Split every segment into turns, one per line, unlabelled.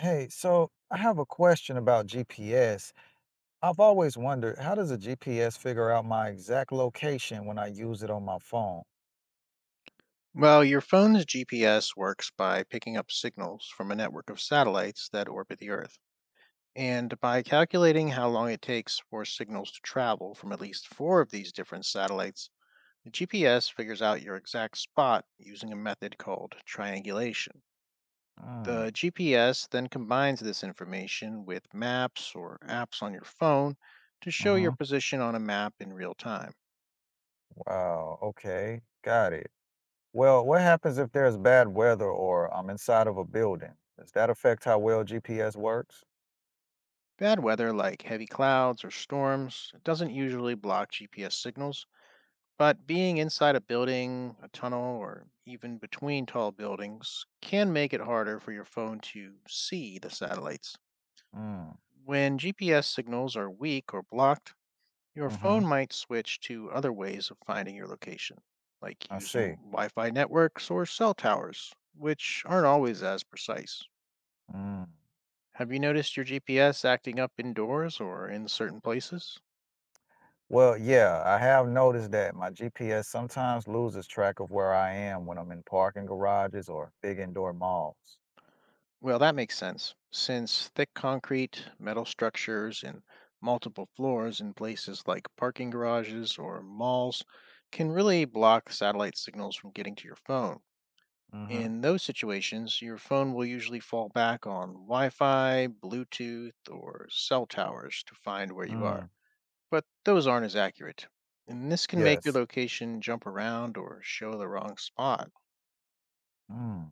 Hey, so I have a question about GPS. I've always wondered, how does a GPS figure out my exact location when I use it on my phone?
Well, your phone's GPS works by picking up signals from a network of satellites that orbit the Earth. And by calculating how long it takes for signals to travel from at least four of these different satellites, the GPS figures out your exact spot using a method called triangulation.
Mm,
The GPS then combines this information with maps or apps on your phone to show your
hmm.
position on a map in real time.
Wow, okay, got it. Well, what happens if there's bad weather or I'm inside of a building? Does that affect how well GPS works?
Bad weather like heavy clouds or storms doesn't usually block GPS signals. But being inside a building, a tunnel, or even between tall buildings can make it harder for your phone to see the satellites.
Mm,
When GPS signals are weak or blocked, your phone
hmm.
might switch to other ways of finding your location, like
I
using
see.
Wi Fi networks or cell towers, which aren't always as precise.
Mm.
Have you noticed your GPS acting up indoors or in certain places?
Well, yeah, I have noticed that my GPS sometimes loses track of where I am when I'm in parking garages or big indoor malls.
Well, that makes sense, since thick concrete, metal structures, and multiple floors in places like parking garages or malls can really block satellite signals from getting to your phone.
Hmm.
In those situations, your phone will usually fall back on Wi Fi, Bluetooth, or cell towers to find where you are,
Mm,
but those aren't as accurate. And this can make your
yes.
location jump around or show the wrong spot.
Mm,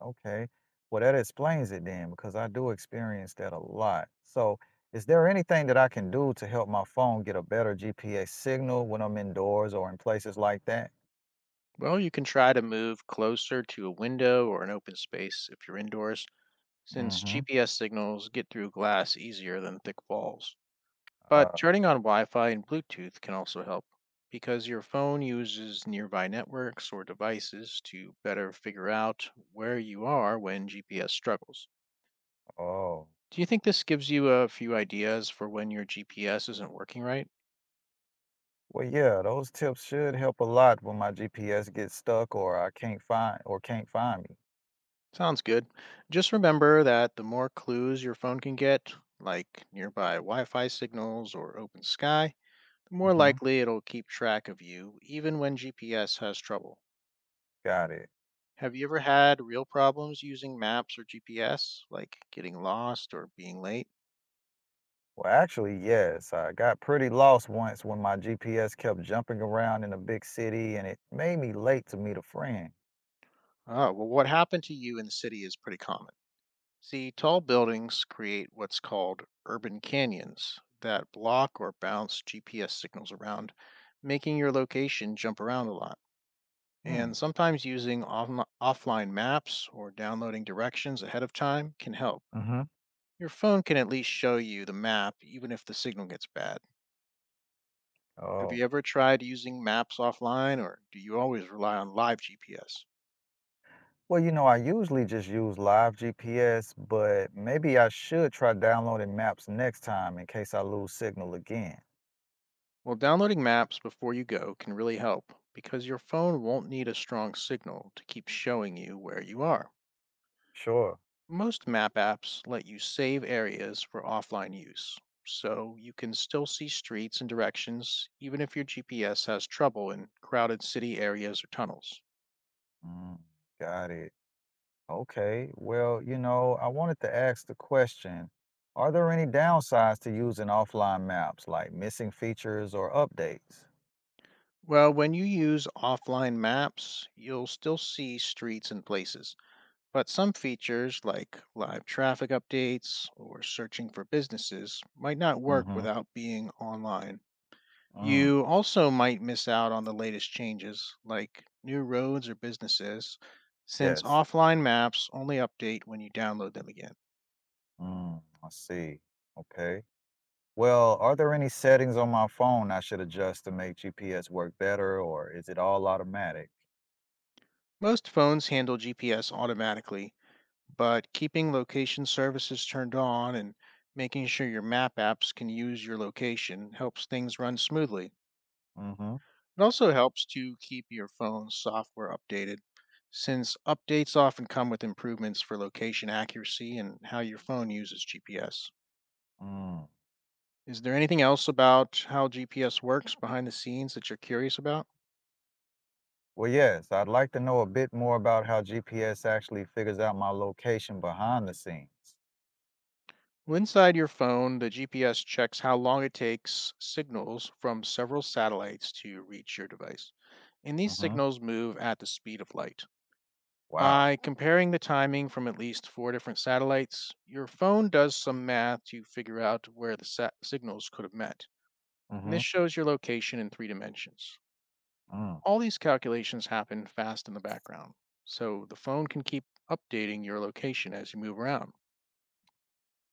okay. Well, that explains it then, because I do experience that a lot. So, is there anything that I can do to help my phone get a better GPS signal when I'm indoors or in places like that?
Well, you can try to move closer to a window or an open space if you're indoors, since
Mm-hmm.
GPS signals get through glass easier than thick walls. But
Uh,
turning on Wi Fi and Bluetooth can also help, because your phone uses nearby networks or devices to better figure out where you are when GPS struggles.
oh.
Do you think this gives you a few ideas for when your GPS isn't working right?
Well, yeah, those tips should help a lot when my GPS gets stuck or I can't find me.
Sounds good. Just remember that the more clues your phone can get, like nearby Wi Fi signals or open sky, the more
Mm-hmm.
likely it'll keep track of you, even when GPS has trouble.
Got it.
Have you ever had real problems using maps or GPS, like getting lost or being late?
Well, actually, yes. I got pretty lost once when my GPS kept jumping around in a big city and it made me late to meet a friend.
Ah, well, what happened to you in the city is pretty common. See, tall buildings create what's called urban canyons that block or bounce GPS signals around, making your location jump around a lot.
Hmm.
And sometimes using offline maps or downloading directions ahead of time can help.
Mm-hmm.
Your phone can at least show you the map even if the signal gets bad. Have
Oh.
you ever tried using maps offline or do you always rely on live GPS?
Well, I usually just use live GPS, but maybe I should try downloading maps next time in case I lose signal again.
Well, downloading maps before you go can really help because your phone won't need a strong signal to keep showing you where you are.
Sure.
Most map apps let you save areas for offline use, so you can still see streets and directions even if your GPS has trouble in crowded city areas or tunnels.
Mm, got it. Okay. Well, I wanted to ask the question, are there any downsides to using offline maps, like missing features or updates?
Well, when you use offline maps, you'll still see streets and places, but some features like live traffic updates or searching for businesses might not work
Mm-hmm.
without being online.
Mm.
You also might miss out on the latest changes, like new roads or businesses, since
Yes.
offline maps only update when you download them again.
Mm, I see. Okay. Well, are there any settings on my phone I should adjust to make GPS work better, or is it all automatic?
Most phones handle GPS automatically, but keeping location services turned on and making sure your map apps can use your location helps things run smoothly.
Mm-hmm.
It also helps to keep your phone's software updated, since updates often come with improvements for location accuracy and how your phone uses GPS.
Mm.
Is there anything else about how GPS works behind the scenes that you're curious about?
Well, yes, I'd like to know a bit more about how GPS actually figures out my location behind the scenes.
Well, inside your phone, the GPS checks how long it takes signals from several satellites to reach your device. And these
Mm-hmm.
signals move at the speed of light.
Wow.
By comparing the timing from at least four different satellites, your phone does some math to figure out where the signals could have met. And
Mm-hmm.
this shows your location in three dimensions.
Mm.
All these calculations happen fast in the background, so the phone can keep updating your location as you move around.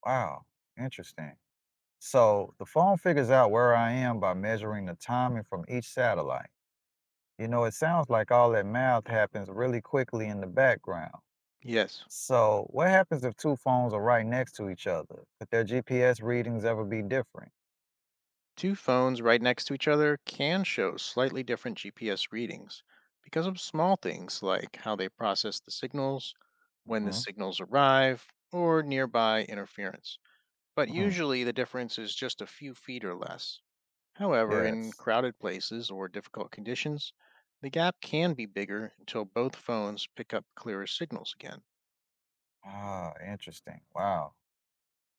Wow. Interesting. So the phone figures out where I am by measuring the timing from each satellite. It sounds like all that math happens really quickly in the background.
Yes.
So, what happens if two phones are right next to each other? Could their GPS readings ever be different?
Two phones right next to each other can show slightly different GPS readings because of small things like how they process the signals, when the
Hmm.
signals arrive, or nearby interference. But
Mm.
usually the difference is just a few feet or less. However, in
Yes.
crowded places or difficult conditions, the gap can be bigger until both phones pick up clearer signals again.
Ah, interesting. Wow.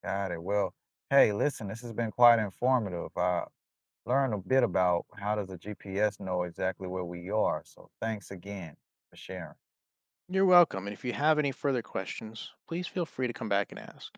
Got it. Well, hey, listen, this has been quite informative. I learned a bit about how does a GPS know exactly where we are. So, thanks again for sharing.
You're welcome. And if you have any further questions, please feel free to come back and ask.